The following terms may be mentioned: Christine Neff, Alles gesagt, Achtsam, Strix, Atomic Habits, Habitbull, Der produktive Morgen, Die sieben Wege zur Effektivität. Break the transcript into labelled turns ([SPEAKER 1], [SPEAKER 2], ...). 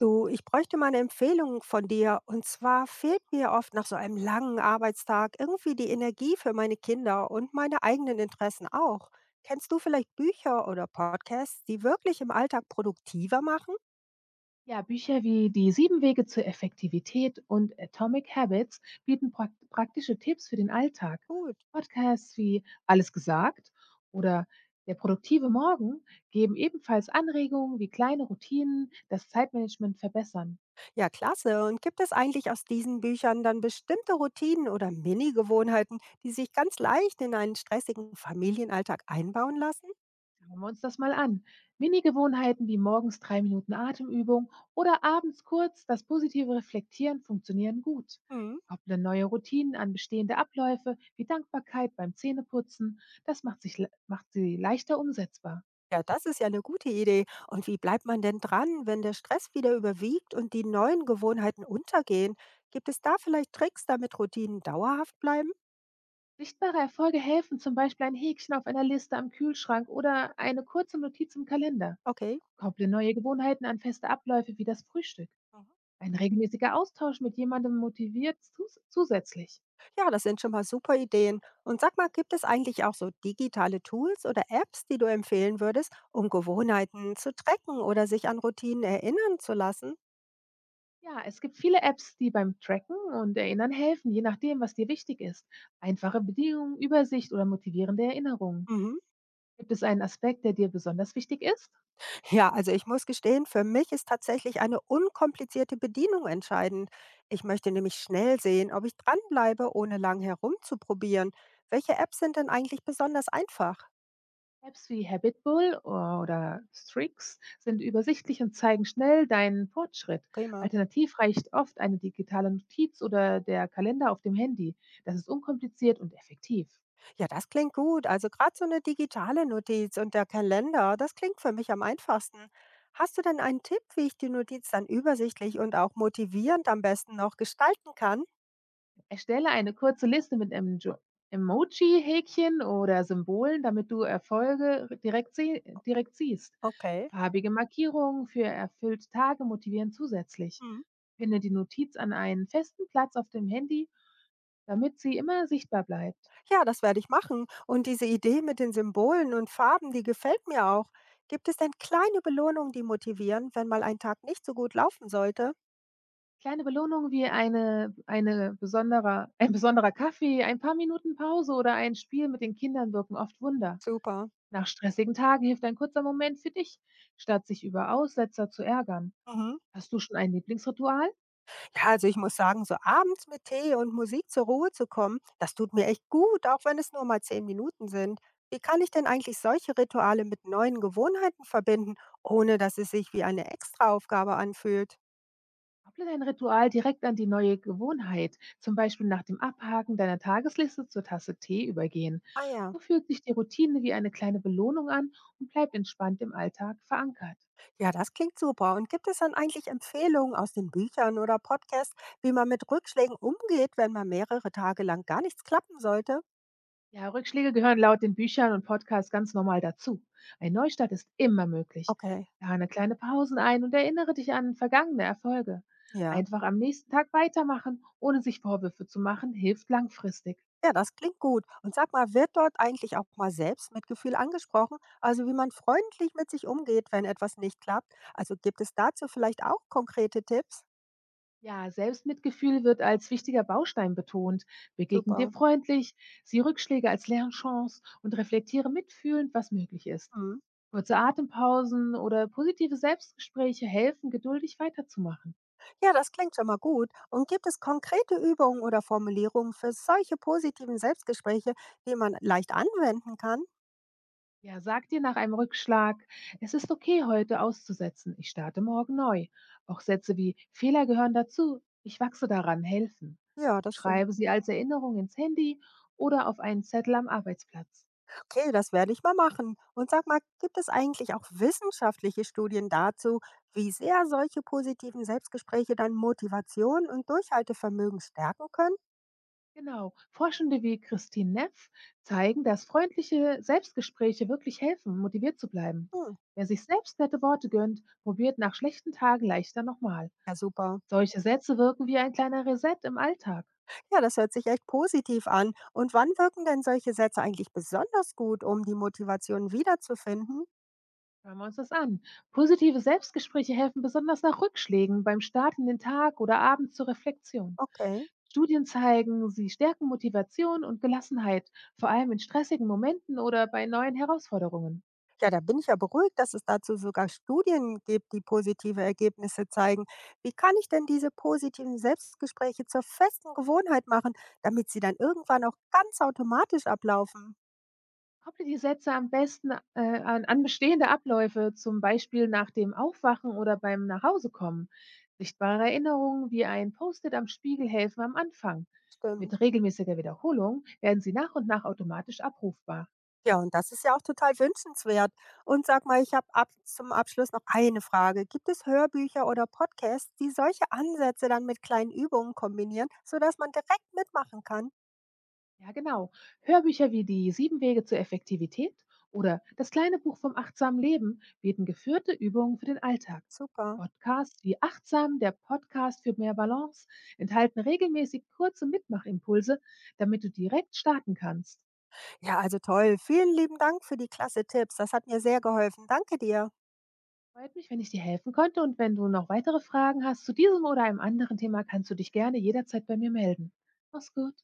[SPEAKER 1] Du, ich bräuchte mal eine Empfehlung von dir. Und zwar fehlt mir oft nach so einem langen Arbeitstag irgendwie die Energie für meine Kinder und meine eigenen Interessen auch. Kennst du vielleicht Bücher oder Podcasts, die wirklich im Alltag produktiver machen?
[SPEAKER 2] Ja, Bücher wie Die sieben Wege zur Effektivität und Atomic Habits bieten praktische Tipps für den Alltag.
[SPEAKER 1] Gut,
[SPEAKER 2] Podcasts wie Alles gesagt oder Der produktive Morgen geben ebenfalls Anregungen, wie kleine Routinen das Zeitmanagement verbessern.
[SPEAKER 1] ja klasse. Und gibt es eigentlich aus diesen Büchern dann bestimmte Routinen oder Mini-Gewohnheiten, die sich ganz leicht in einen stressigen Familienalltag einbauen lassen?
[SPEAKER 2] Schauen wir uns das mal an. Mini-Gewohnheiten wie morgens 3 Minuten Atemübung oder abends kurz das positive Reflektieren funktionieren gut.
[SPEAKER 1] Mhm.
[SPEAKER 2] Kopple neue Routinen an bestehende Abläufe wie Dankbarkeit beim Zähneputzen. Das macht sie leichter umsetzbar.
[SPEAKER 1] Ja, das ist ja eine gute Idee. Und wie bleibt man denn dran, wenn der Stress wieder überwiegt und die neuen Gewohnheiten untergehen? Gibt es da vielleicht Tricks, damit Routinen dauerhaft bleiben?
[SPEAKER 2] Sichtbare Erfolge helfen zum Beispiel ein Häkchen auf einer Liste am Kühlschrank oder eine kurze Notiz im Kalender.
[SPEAKER 1] Okay.
[SPEAKER 2] Kopple neue Gewohnheiten an feste Abläufe wie das Frühstück.
[SPEAKER 1] Mhm.
[SPEAKER 2] Ein regelmäßiger Austausch mit jemandem motiviert zusätzlich.
[SPEAKER 1] Ja, das sind schon mal super Ideen. Und sag mal, gibt es eigentlich auch so digitale Tools oder Apps, die du empfehlen würdest, um Gewohnheiten zu tracken oder sich an Routinen erinnern zu lassen?
[SPEAKER 2] Ja, es gibt viele Apps, die beim Tracken und Erinnern helfen, je nachdem, was dir wichtig ist. Einfache Bedingungen, Übersicht oder motivierende Erinnerungen.
[SPEAKER 1] Mhm.
[SPEAKER 2] Gibt es einen Aspekt, der dir besonders wichtig ist?
[SPEAKER 1] Ja, also ich muss gestehen, für mich ist tatsächlich eine unkomplizierte Bedienung entscheidend. Ich möchte nämlich schnell sehen, ob ich dranbleibe, ohne lang herumzuprobieren. Welche Apps sind denn eigentlich besonders einfach?
[SPEAKER 2] Apps wie Habitbull oder Strix sind übersichtlich und zeigen schnell deinen Fortschritt.
[SPEAKER 1] Prima.
[SPEAKER 2] Alternativ reicht oft eine digitale Notiz oder der Kalender auf dem Handy. Das ist unkompliziert und effektiv.
[SPEAKER 1] Ja, das klingt gut. Also gerade so eine digitale Notiz und der Kalender, das klingt für mich am einfachsten. Hast du denn einen Tipp, wie ich die Notiz dann übersichtlich und auch motivierend am besten noch gestalten kann?
[SPEAKER 2] Erstelle eine kurze Liste mit Emjo Emoji-Häkchen oder Symbolen, damit du Erfolge direkt sie direkt siehst.
[SPEAKER 1] Okay.
[SPEAKER 2] Farbige Markierungen für erfüllte Tage motivieren zusätzlich.
[SPEAKER 1] Hm.
[SPEAKER 2] Finde die Notiz an einen festen Platz auf dem Handy, damit sie immer sichtbar bleibt.
[SPEAKER 1] Ja, das werde ich machen. Und diese Idee mit den Symbolen und Farben, die gefällt mir auch. Gibt es denn kleine Belohnungen, die motivieren, wenn mal ein Tag nicht so gut laufen sollte?
[SPEAKER 2] Kleine Belohnungen wie eine besonderer ein besonderer Kaffee, ein paar Minuten Pause oder ein Spiel mit den Kindern wirken oft Wunder.
[SPEAKER 1] Super.
[SPEAKER 2] Nach stressigen Tagen hilft ein kurzer Moment für dich, statt sich über Aussetzer zu ärgern.
[SPEAKER 1] Mhm.
[SPEAKER 2] Hast du schon ein Lieblingsritual?
[SPEAKER 1] Ja, also ich muss sagen, so abends mit Tee und Musik zur Ruhe zu kommen, das tut mir echt gut, auch wenn es nur mal 10 Minuten sind. Wie kann ich denn eigentlich solche Rituale mit neuen Gewohnheiten verbinden, ohne dass es sich wie eine Extraaufgabe anfühlt?
[SPEAKER 2] Kopple dein Ritual direkt an die neue Gewohnheit, zum Beispiel nach dem Abhaken deiner Tagesliste zur Tasse Tee übergehen.
[SPEAKER 1] Ah ja.
[SPEAKER 2] So fühlt sich die Routine wie eine kleine Belohnung an und bleibt entspannt im Alltag verankert.
[SPEAKER 1] Ja, das klingt super. Und gibt es dann eigentlich Empfehlungen aus den Büchern oder Podcasts, wie man mit Rückschlägen umgeht, wenn mal mehrere Tage lang gar nichts klappen sollte?
[SPEAKER 2] Ja, Rückschläge gehören laut den Büchern und Podcasts ganz normal dazu. Ein Neustart ist immer möglich.
[SPEAKER 1] Okay,
[SPEAKER 2] Plane kleine Pausen ein und erinnere dich an vergangene Erfolge.
[SPEAKER 1] ja.
[SPEAKER 2] Einfach am nächsten Tag weitermachen, ohne sich Vorwürfe zu machen, hilft langfristig.
[SPEAKER 1] Ja, das klingt gut. Und sag mal, wird dort eigentlich auch mal selbst Mitgefühl angesprochen? Also wie man freundlich mit sich umgeht, wenn etwas nicht klappt? Also gibt es dazu vielleicht auch konkrete Tipps?
[SPEAKER 2] Ja, Selbstmitgefühl wird als wichtiger Baustein betont. Begegne dir
[SPEAKER 1] Super.
[SPEAKER 2] freundlich, sieh Rückschläge als Lernchance und reflektiere mitfühlend, was möglich ist.
[SPEAKER 1] Hm.
[SPEAKER 2] Kurze Atempausen oder positive Selbstgespräche helfen, geduldig weiterzumachen.
[SPEAKER 1] Ja, das klingt schon mal gut. Und gibt es konkrete Übungen oder Formulierungen für solche positiven Selbstgespräche, die man leicht anwenden kann?
[SPEAKER 2] Ja, sag dir nach einem Rückschlag, es ist okay, heute auszusetzen. Ich starte morgen neu. Auch Sätze wie Fehler gehören dazu. Ich wachse daran helfen.
[SPEAKER 1] Ja, das stimmt.
[SPEAKER 2] Schreibe sie als Erinnerung ins Handy oder auf einen Zettel am Arbeitsplatz.
[SPEAKER 1] Okay, das werde ich mal machen. Und sag mal, gibt es eigentlich auch wissenschaftliche Studien dazu, wie sehr solche positiven Selbstgespräche dann Motivation und Durchhaltevermögen stärken können?
[SPEAKER 2] Genau. Forschende wie Christine Neff zeigen, dass freundliche Selbstgespräche wirklich helfen, motiviert zu bleiben.
[SPEAKER 1] Hm,
[SPEAKER 2] Wer sich selbst nette Worte gönnt, probiert nach schlechten Tagen leichter nochmal.
[SPEAKER 1] ja, super.
[SPEAKER 2] Solche Sätze wirken wie ein kleiner Reset im Alltag.
[SPEAKER 1] Ja, das hört sich echt positiv an. Und wann wirken denn solche Sätze eigentlich besonders gut, um die Motivation wiederzufinden?
[SPEAKER 2] Schauen wir uns das an. Positive Selbstgespräche helfen besonders nach Rückschlägen beim Start in den Tag oder abends zur Reflexion.
[SPEAKER 1] Okay.
[SPEAKER 2] Studien zeigen, sie stärken Motivation und Gelassenheit, vor allem in stressigen Momenten oder bei neuen Herausforderungen.
[SPEAKER 1] Ja, da bin ich ja beruhigt, dass es dazu sogar Studien gibt, die positive Ergebnisse zeigen. Wie kann ich denn diese positiven Selbstgespräche zur festen Gewohnheit machen, damit sie dann irgendwann auch ganz automatisch ablaufen?
[SPEAKER 2] Kopple die Sätze am besten, an bestehende Abläufe, zum Beispiel nach dem Aufwachen oder beim Nachhausekommen. Sichtbare Erinnerungen wie ein Post-it am Spiegel helfen am Anfang.
[SPEAKER 1] Stimmt.
[SPEAKER 2] Mit regelmäßiger Wiederholung werden sie nach und nach automatisch abrufbar.
[SPEAKER 1] Ja, und das ist ja auch total wünschenswert. Und sag mal, zum Abschluss noch eine Frage. Gibt es Hörbücher oder Podcasts, die solche Ansätze dann mit kleinen Übungen kombinieren, sodass man direkt mitmachen kann?
[SPEAKER 2] Ja, genau. Hörbücher wie die Sieben Wege zur Effektivität oder das kleine Buch vom achtsamen Leben bieten geführte Übungen für den Alltag.
[SPEAKER 1] Super.
[SPEAKER 2] Podcasts wie Achtsam, der Podcast für mehr Balance, enthalten regelmäßig kurze Mitmachimpulse, damit du direkt starten kannst.
[SPEAKER 1] Ja, also toll. Vielen lieben Dank für die klasse Tipps. Das hat mir sehr geholfen. Danke dir.
[SPEAKER 2] Freut mich, wenn ich dir helfen konnte, und wenn du noch weitere Fragen hast zu diesem oder einem anderen Thema, kannst du dich gerne jederzeit bei mir melden. Mach's gut.